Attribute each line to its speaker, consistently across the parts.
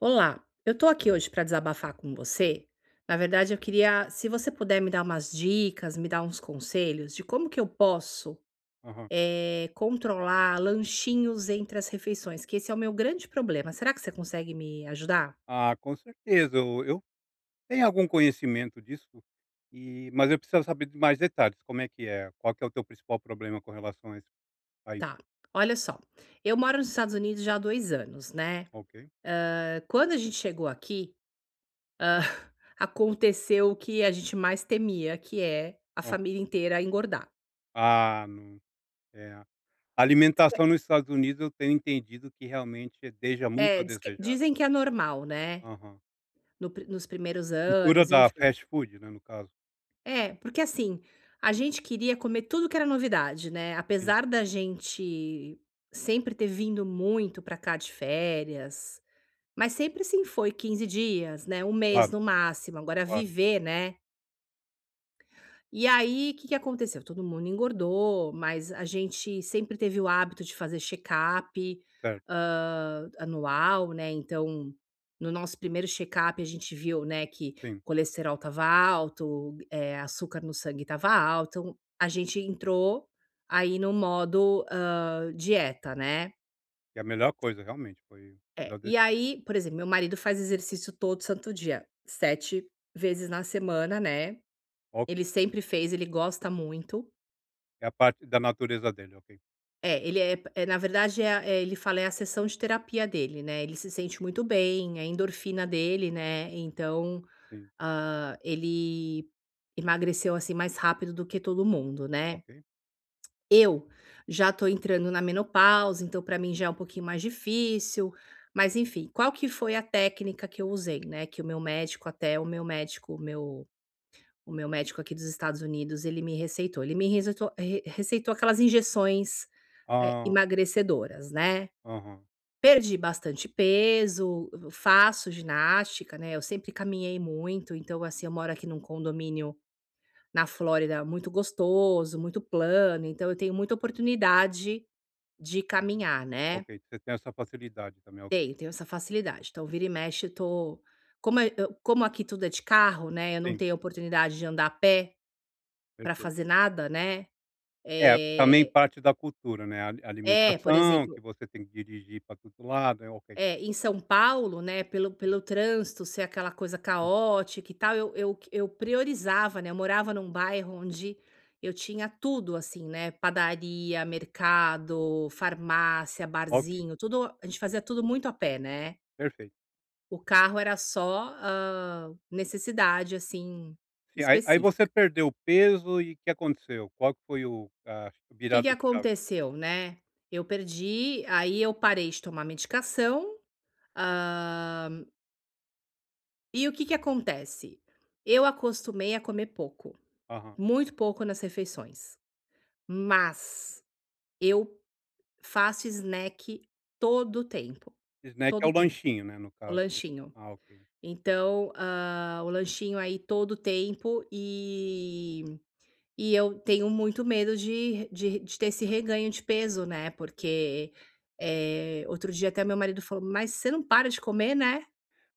Speaker 1: Olá, eu tô aqui hoje para desabafar com você. Na verdade, eu queria, se você puder me dar umas dicas, me dar uns conselhos de como que eu posso,
Speaker 2: Aham.
Speaker 1: controlar lanchinhos entre as refeições, que esse é o meu grande problema. Será que você consegue me ajudar?
Speaker 2: Ah, com certeza, eu tenho algum conhecimento disso, mas eu preciso saber de mais detalhes, como é que é? Qual que é o teu principal problema com relação a esse país?
Speaker 1: Tá. Olha só, eu moro nos Estados Unidos já há dois anos, né?
Speaker 2: Ok.
Speaker 1: Quando a gente chegou aqui, aconteceu o que a gente mais temia, que é a
Speaker 2: Hã.
Speaker 1: família inteira engordar.
Speaker 2: Ah, não é, a alimentação nos Estados Unidos eu tenho entendido que realmente deixa muito a
Speaker 1: É,
Speaker 2: desejar.
Speaker 1: dizem que é normal, né?
Speaker 2: Aham.
Speaker 1: no pri- Nos primeiros
Speaker 2: Cultura
Speaker 1: anos,
Speaker 2: da
Speaker 1: enfim.
Speaker 2: fast food, né, no caso.
Speaker 1: É, porque assim, a gente queria comer tudo que era novidade, né,
Speaker 2: Sim,
Speaker 1: apesar da gente sempre ter vindo muito pra cá de férias, mas sempre assim foi 15 dias, né, um mês
Speaker 2: claro,
Speaker 1: no máximo, agora
Speaker 2: claro.
Speaker 1: viver, né. E aí, o que que aconteceu? Todo mundo engordou, mas a gente sempre teve o hábito de fazer check-up,
Speaker 2: Certo,
Speaker 1: anual, né, então, no nosso primeiro check-up a gente viu, né, que
Speaker 2: sim.
Speaker 1: colesterol estava alto, açúcar no sangue estava alto, então a gente entrou aí no modo, dieta, né.
Speaker 2: Que é a melhor coisa realmente, foi a
Speaker 1: É,
Speaker 2: melhor deci
Speaker 1: e aí, por exemplo, meu marido faz exercício todo santo dia, 7 vezes na semana, né,
Speaker 2: ok,
Speaker 1: ele sempre fez, ele gosta muito.
Speaker 2: é a parte da natureza dele, ok.
Speaker 1: É, ele na verdade ele fala: "É a sessão de terapia dele", né, ele se sente muito bem, é a endorfina dele, né, então,
Speaker 2: Sim,
Speaker 1: ele emagreceu, assim, mais rápido do que todo mundo, né.
Speaker 2: ok.
Speaker 1: Eu já tô entrando na menopausa, então pra mim já é um pouquinho mais difícil, mas enfim, qual que foi a técnica que eu usei, né, que o meu médico o meu médico aqui dos Estados Unidos, ele me receitou. Ele me receitou re receitou aquelas injeções é,
Speaker 2: Ah,
Speaker 1: emagrecedoras, né.
Speaker 2: aham.
Speaker 1: Perdi bastante peso, eu faço ginástica, né, eu sempre caminhei muito, então, assim, eu moro aqui num condomínio na Flórida muito gostoso, muito plano, então eu tenho muita oportunidade de caminhar, né.
Speaker 2: Ok, você tem essa facilidade também, ok.
Speaker 1: Tenho, tenho essa facilidade. Então vira e mexe eu tô como aqui tudo é de carro, né, eu não
Speaker 2: Sim,
Speaker 1: tenho oportunidade de andar a pé para fazer
Speaker 2: perfeito.
Speaker 1: nada, né.
Speaker 2: É, também
Speaker 1: Eh
Speaker 2: parte da cultura, né, ali
Speaker 1: é, por
Speaker 2: alimentação, que
Speaker 1: exemplo
Speaker 2: você tem que dirigir para todo lado, é ok.
Speaker 1: É, em São Paulo, né, pelo trânsito ser aquela coisa caótica e tal, eu priorizava, né, eu morava num bairro onde eu tinha tudo, assim, né, padaria, mercado, farmácia,
Speaker 2: Ok,
Speaker 1: barzinho, tudo a gente fazia tudo muito a pé, né.
Speaker 2: perfeito.
Speaker 1: O carro era só, necessidade, assim,
Speaker 2: Sim, aí você
Speaker 1: específica.
Speaker 2: perdeu o peso e o que aconteceu? Qual que foi o a
Speaker 1: O que que
Speaker 2: virada de chave?
Speaker 1: aconteceu, né, eu perdi aí eu parei de tomar medicação, ah, e o que que acontece? Eu acostumei a comer pouco,
Speaker 2: Aham.
Speaker 1: muito pouco nas refeições, mas eu faço snack todo o tempo,
Speaker 2: Snack é
Speaker 1: todo o
Speaker 2: o
Speaker 1: tempo,
Speaker 2: lanchinho, né, no
Speaker 1: o
Speaker 2: caso.
Speaker 1: lanchinho.
Speaker 2: Ah, ok.
Speaker 1: Então, ah, o lanchinho aí todo o tempo e eu tenho muito medo de ter esse reganho de peso, né? Porque outro dia até meu marido falou, mas você não para de comer, né?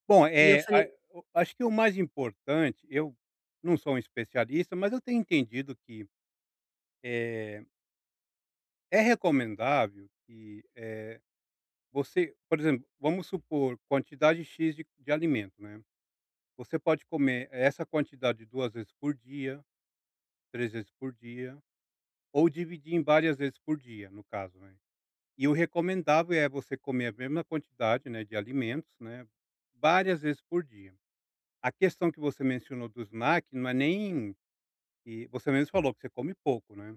Speaker 2: Bom,
Speaker 1: E eu
Speaker 2: é
Speaker 1: falei,
Speaker 2: a o acho que o mais importante eu não sou um especialista, mas eu tenho entendido que, eh, é recomendável que, você, por exemplo, vamos supor quantidade X de alimento, né. Você pode comer essa quantidade 2 vezes por dia, 3 vezes por dia, ou dividir em várias vezes por dia, no caso, né. E o recomendável é você comer a mesma quantidade, né, de alimentos, né, várias vezes por dia. A questão que você mencionou do snack não é nem que você mesmo falou que você come pouco, né.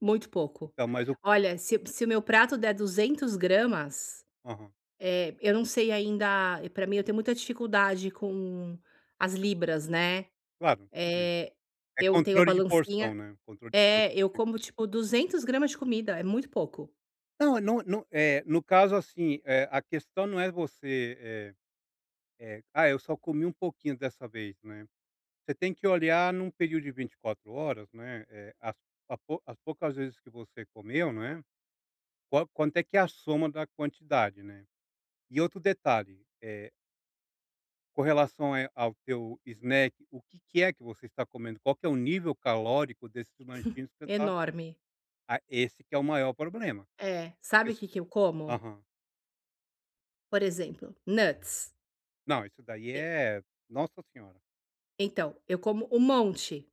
Speaker 1: muito pouco.
Speaker 2: Então mas o
Speaker 1: Olha, se o meu prato der 200 gramas,
Speaker 2: aham,
Speaker 1: eu não sei ainda para mim eu tenho muita dificuldade com as libras, né.
Speaker 2: claro, tudo bem.
Speaker 1: Eh,
Speaker 2: É
Speaker 1: eu tenho a
Speaker 2: controle de
Speaker 1: balancinha
Speaker 2: porção, né, controle de
Speaker 1: é,
Speaker 2: porção.
Speaker 1: eu como tipo 200 gramas de comida, é muito pouco,
Speaker 2: Não, no caso, assim, a questão não é você, "Ah, eu só comi um pouquinho dessa vez", né. Você tem que olhar num período de 24 horas, né, as a pou as poucas vezes que você comeu, né, qual quanto é que é a soma da quantidade, né. E outro detalhe, com relação, ao teu snack, o que que é que você está comendo? Qual que é o nível calórico desses lanchinhos que você tá
Speaker 1: enorme.
Speaker 2: ah, esse que é o maior problema.
Speaker 1: É, sabe o
Speaker 2: Esse
Speaker 1: que que eu como?
Speaker 2: aham.
Speaker 1: Por exemplo, nuts.
Speaker 2: Não, isso daí
Speaker 1: E
Speaker 2: é nossa senhora.
Speaker 1: então, eu como um monte.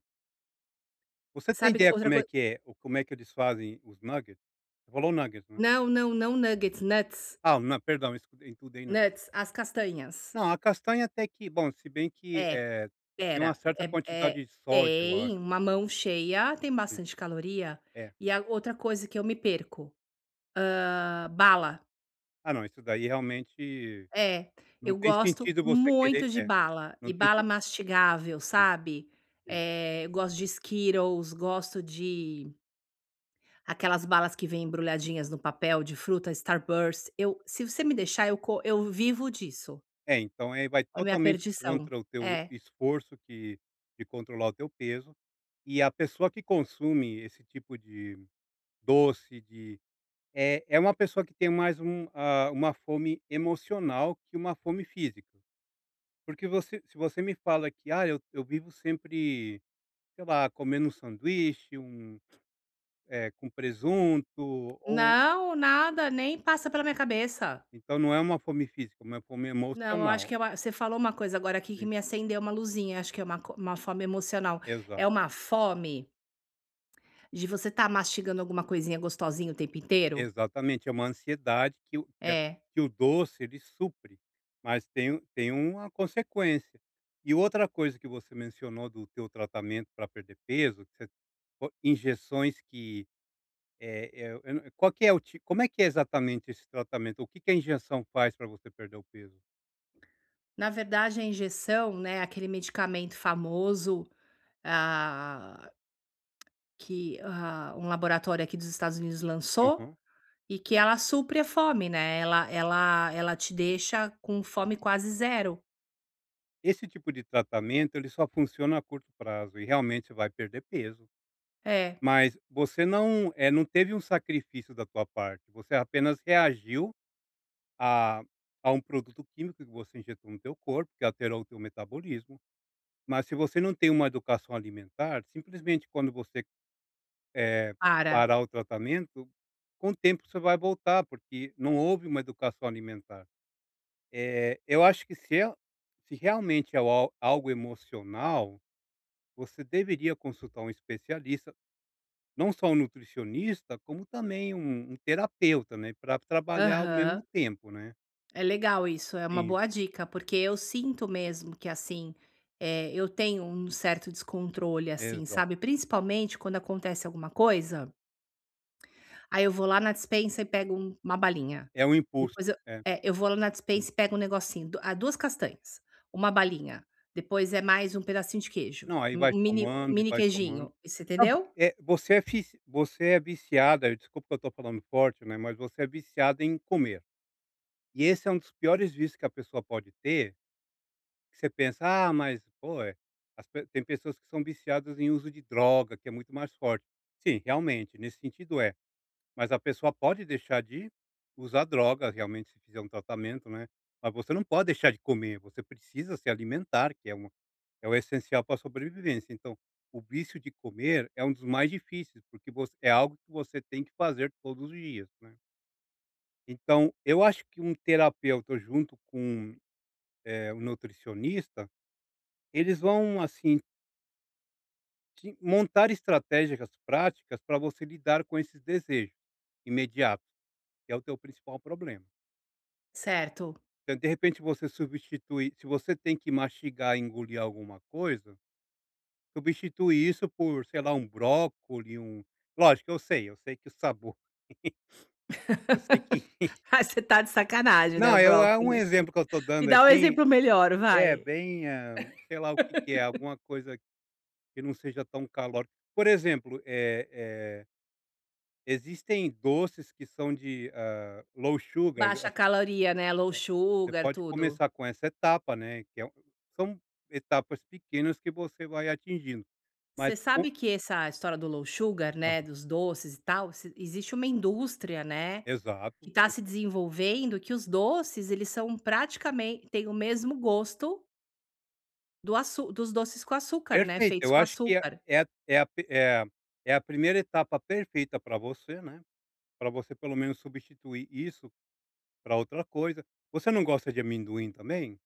Speaker 2: Você tem
Speaker 1: Sabe que
Speaker 2: ideia
Speaker 1: outra
Speaker 2: como é
Speaker 1: coisa
Speaker 2: que é ou como é que eles fazem os nuggets? Você falou nuggets, né?
Speaker 1: não, não, nuts,
Speaker 2: Ah, não, perdão, escudei tudo aí não.
Speaker 1: nuts, as castanhas.
Speaker 2: Não, a castanha até que bom, se bem que,
Speaker 1: É.
Speaker 2: tem
Speaker 1: Espera,
Speaker 2: uma certa
Speaker 1: é
Speaker 2: quantidade de sódio, eu acho,
Speaker 1: tem, uma mão cheia tem
Speaker 2: sim.
Speaker 1: bastante caloria.
Speaker 2: É.
Speaker 1: E a outra coisa que eu me perco, bala.
Speaker 2: Ah não, isso daí realmente
Speaker 1: É,
Speaker 2: não
Speaker 1: eu
Speaker 2: tem
Speaker 1: gosto
Speaker 2: sentido você
Speaker 1: muito
Speaker 2: querer
Speaker 1: de
Speaker 2: é,
Speaker 1: bala,
Speaker 2: não
Speaker 1: e
Speaker 2: tem
Speaker 1: bala
Speaker 2: sentido,
Speaker 1: mastigável, sabe.
Speaker 2: sim.
Speaker 1: Eu gosto de Skittles, gosto de aquelas balas que vêm embrulhadinhas no papel de fruta, Starburst. Eu se você me deixar, eu vivo disso,
Speaker 2: É, então, aí vai
Speaker 1: é minha
Speaker 2: totalmente
Speaker 1: perdição.
Speaker 2: contra o teu
Speaker 1: É.
Speaker 2: esforço que de controlar o teu peso, e a pessoa que consome esse tipo de Doce de é uma pessoa que tem mais um, ah, uma fome emocional que uma fome física. Porque você se você me fala que: "Ah, eu vivo sempre, sei lá, comendo um sanduíche, um com presunto", ou
Speaker 1: Não, nada, nem passa pela minha cabeça.
Speaker 2: então não é uma fome física, é uma fome
Speaker 1: Não, eu acho
Speaker 2: emocional.
Speaker 1: que é uma você falou uma coisa agora aqui que
Speaker 2: Sim,
Speaker 1: me acendeu uma luzinha, acho que é uma fome emocional.
Speaker 2: exa
Speaker 1: É uma fome de você estar mastigando alguma coisinha gostosinha o tempo inteiro?
Speaker 2: exatamente, é uma ansiedade que o que a
Speaker 1: É.
Speaker 2: que o doce ele supre, mas tem uma consequência. E outra coisa que você mencionou do teu tratamento para perder peso, que o injeções que, é eu não qual que é o ti como é que é exatamente esse tratamento? O que que a injeção faz para você perder o peso?
Speaker 1: Na verdade, a injeção, né, aquele medicamento famoso, ah, que, ah, um laboratório aqui dos Estados Unidos lançou
Speaker 2: Aham.
Speaker 1: e que ela supre a fome, né, ela te deixa com fome quase zero.
Speaker 2: Esse tipo de tratamento, ele só funciona a curto prazo e realmente vai perder peso,
Speaker 1: É,
Speaker 2: mas você não, é não teve um sacrifício da tua parte, você apenas reagiu a a um produto químico que você injetou no teu corpo, que alterou o teu metabolismo, mas se você não tem uma educação alimentar, simplesmente quando você Eh,
Speaker 1: para.
Speaker 2: parar o tratamento, com o tempo você vai voltar, porque não houve uma educação alimentar. Eu acho que se realmente é al algo emocional, você deveria consultar um especialista, não só um nutricionista, como também um terapeuta, né, pra trabalhar ao
Speaker 1: Aham.
Speaker 2: mesmo tempo, né.
Speaker 1: É legal isso, é uma
Speaker 2: Sim,
Speaker 1: boa dica, porque eu sinto mesmo que assim, eu tenho um certo descontrole, assim,
Speaker 2: exato.
Speaker 1: sabe? Principalmente quando acontece alguma coisa, aí eu vou lá na despensa e pego uma balinha.
Speaker 2: É um impulso.
Speaker 1: Depois eu,
Speaker 2: É.
Speaker 1: é, eu vou lá na despensa e pego um negocinho, duas castanhas, uma balinha, depois é mais um pedacinho de queijo,
Speaker 2: Não, aí vai
Speaker 1: um
Speaker 2: somando e
Speaker 1: mini
Speaker 2: vai somando.
Speaker 1: queijinho, você
Speaker 2: Não, porque,
Speaker 1: entendeu?
Speaker 2: você é fici você é viciada desculpa que eu estou falando forte, né, mas você é viciada em comer. E esse é um dos piores vícios que a pessoa pode ter, que você pensa: "Ah, mas, pô, as pe" tem pessoas que são viciadas em uso de droga, que é muito mais forte. Sim, realmente, nesse sentido é. Mas a pessoa pode deixar de usar drogas, realmente, se fizer um tratamento, né, mas você não pode deixar de comer, você precisa se alimentar, que é um é o essencial para a sobrevivência. Então, o vício de comer é um dos mais difíceis, porque você é algo que você tem que fazer todos os dias, né. Então, eu acho que um terapeuta junto com, um nutricionista, eles vão, assim, te montar estratégias práticas para você lidar com esses desejos imediatos, que é o teu principal problema.
Speaker 1: Certo.
Speaker 2: Então, de repente, você substitui se você tem que mastigar, engolir alguma coisa substitui isso por, sei lá, um brócoli, um lógico, eu sei que o sabor eu sei que
Speaker 1: Ah, você tá de sacanagem, né, o
Speaker 2: não, eu é um
Speaker 1: brócolis?
Speaker 2: exemplo que eu estou
Speaker 1: Me
Speaker 2: dando,
Speaker 1: dá um exemplo melhor,
Speaker 2: é
Speaker 1: vai.
Speaker 2: bem, sei lá o que que é, alguma coisa que não seja tão calórica. Por exemplo, eh, existem doces que são de, low sugar, ah,
Speaker 1: Baixa caloria, né, low
Speaker 2: você
Speaker 1: sugar,
Speaker 2: pode
Speaker 1: tudo.
Speaker 2: começar com essa etapa, né, que é um são etapas pequenas que você vai atingindo, mas
Speaker 1: Você
Speaker 2: o
Speaker 1: sabe que essa história do low sugar, né,
Speaker 2: aham,
Speaker 1: dos doces e tal, se existe uma indústria, né,
Speaker 2: exato.
Speaker 1: que tá se desenvolvendo, que os doces, eles são praticamente têm o mesmo gosto do açú dos doces com açúcar, né,
Speaker 2: Perfeito,
Speaker 1: feitos
Speaker 2: eu
Speaker 1: com
Speaker 2: acho que é
Speaker 1: açúcar.
Speaker 2: é é a p é é a primeira etapa perfeita para você, né, para você pelo menos substituir isso para outra coisa. Você não gosta de amendoim também?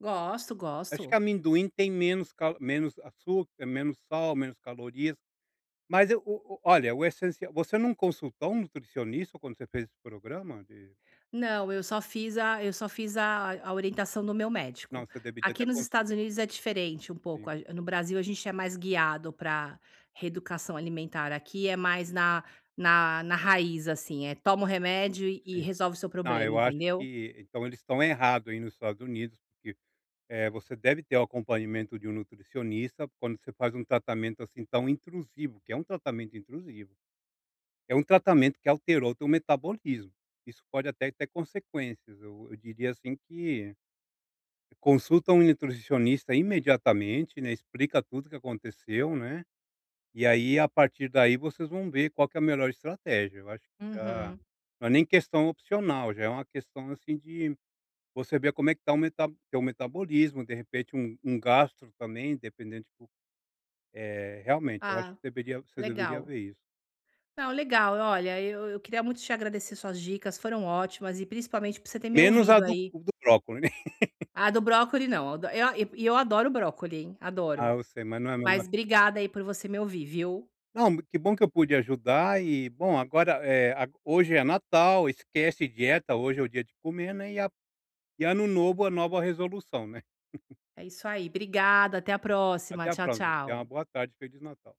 Speaker 1: Gosto,
Speaker 2: Acho que
Speaker 1: gosto.
Speaker 2: amendoim tem menos ca menos açúcar, é, menos sal, menos calorias, mas eu o olha, o essencial você não consultou um nutricionista quando você fez esse programa de
Speaker 1: Não, eu só fiz a orientação do meu
Speaker 2: não,
Speaker 1: médico.
Speaker 2: você deveria
Speaker 1: Aqui
Speaker 2: ter
Speaker 1: nos Estados
Speaker 2: consultado.
Speaker 1: Unidos é diferente um
Speaker 2: Sim,
Speaker 1: pouco, a no Brasil a gente é mais guiado para reeducação alimentar, aqui é mais na na raiz, assim, é toma o remédio e
Speaker 2: sim.
Speaker 1: resolve o seu
Speaker 2: Ah,
Speaker 1: problema,
Speaker 2: eu acho
Speaker 1: entendeu?
Speaker 2: que então eles estão errados aí nos Estados Unidos, porque você deve ter o acompanhamento de um nutricionista quando você faz um tratamento assim tão intrusivo, que é um tratamento intrusivo. É um tratamento que alterou o teu metabolismo. Isso pode até ter consequências. Eu diria assim que consulta um nutricionista imediatamente, né? Explica tudo o que aconteceu, né? E aí, a partir daí, vocês vão ver qual que é a melhor estratégia. Eu acho que já
Speaker 1: Uhum.
Speaker 2: não é nem questão opcional, já é uma questão assim de você vê como é que está o meta teu metabolismo, de repente um gastro também, dependendo, tipo, realmente, eu acho que
Speaker 1: Ah,
Speaker 2: deveria você deveria
Speaker 1: legal.
Speaker 2: ver isso.
Speaker 1: Não, legal, olha, eu queria muito te agradecer, suas dicas foram ótimas e principalmente por você ter me
Speaker 2: Menos a
Speaker 1: ouvido aí.
Speaker 2: do brócolis, né.
Speaker 1: Ah, do brócoli não, eu adoro brócoli, hein,
Speaker 2: Ah,
Speaker 1: adoro.
Speaker 2: eu sei, mas não é a mesma
Speaker 1: Mas obrigada aí por você me ouvir, viu?
Speaker 2: não, que bom que eu pude ajudar e, bom, agora, eh, a hoje é Natal, esquece dieta, hoje é o dia de comer, né, e a e Ano Novo, a nova resolução, né.
Speaker 1: É isso aí, obrigada, até a próxima.
Speaker 2: Até a
Speaker 1: Tchau,
Speaker 2: próxima, tenha uma
Speaker 1: tchau.
Speaker 2: boa tarde, feliz Natal.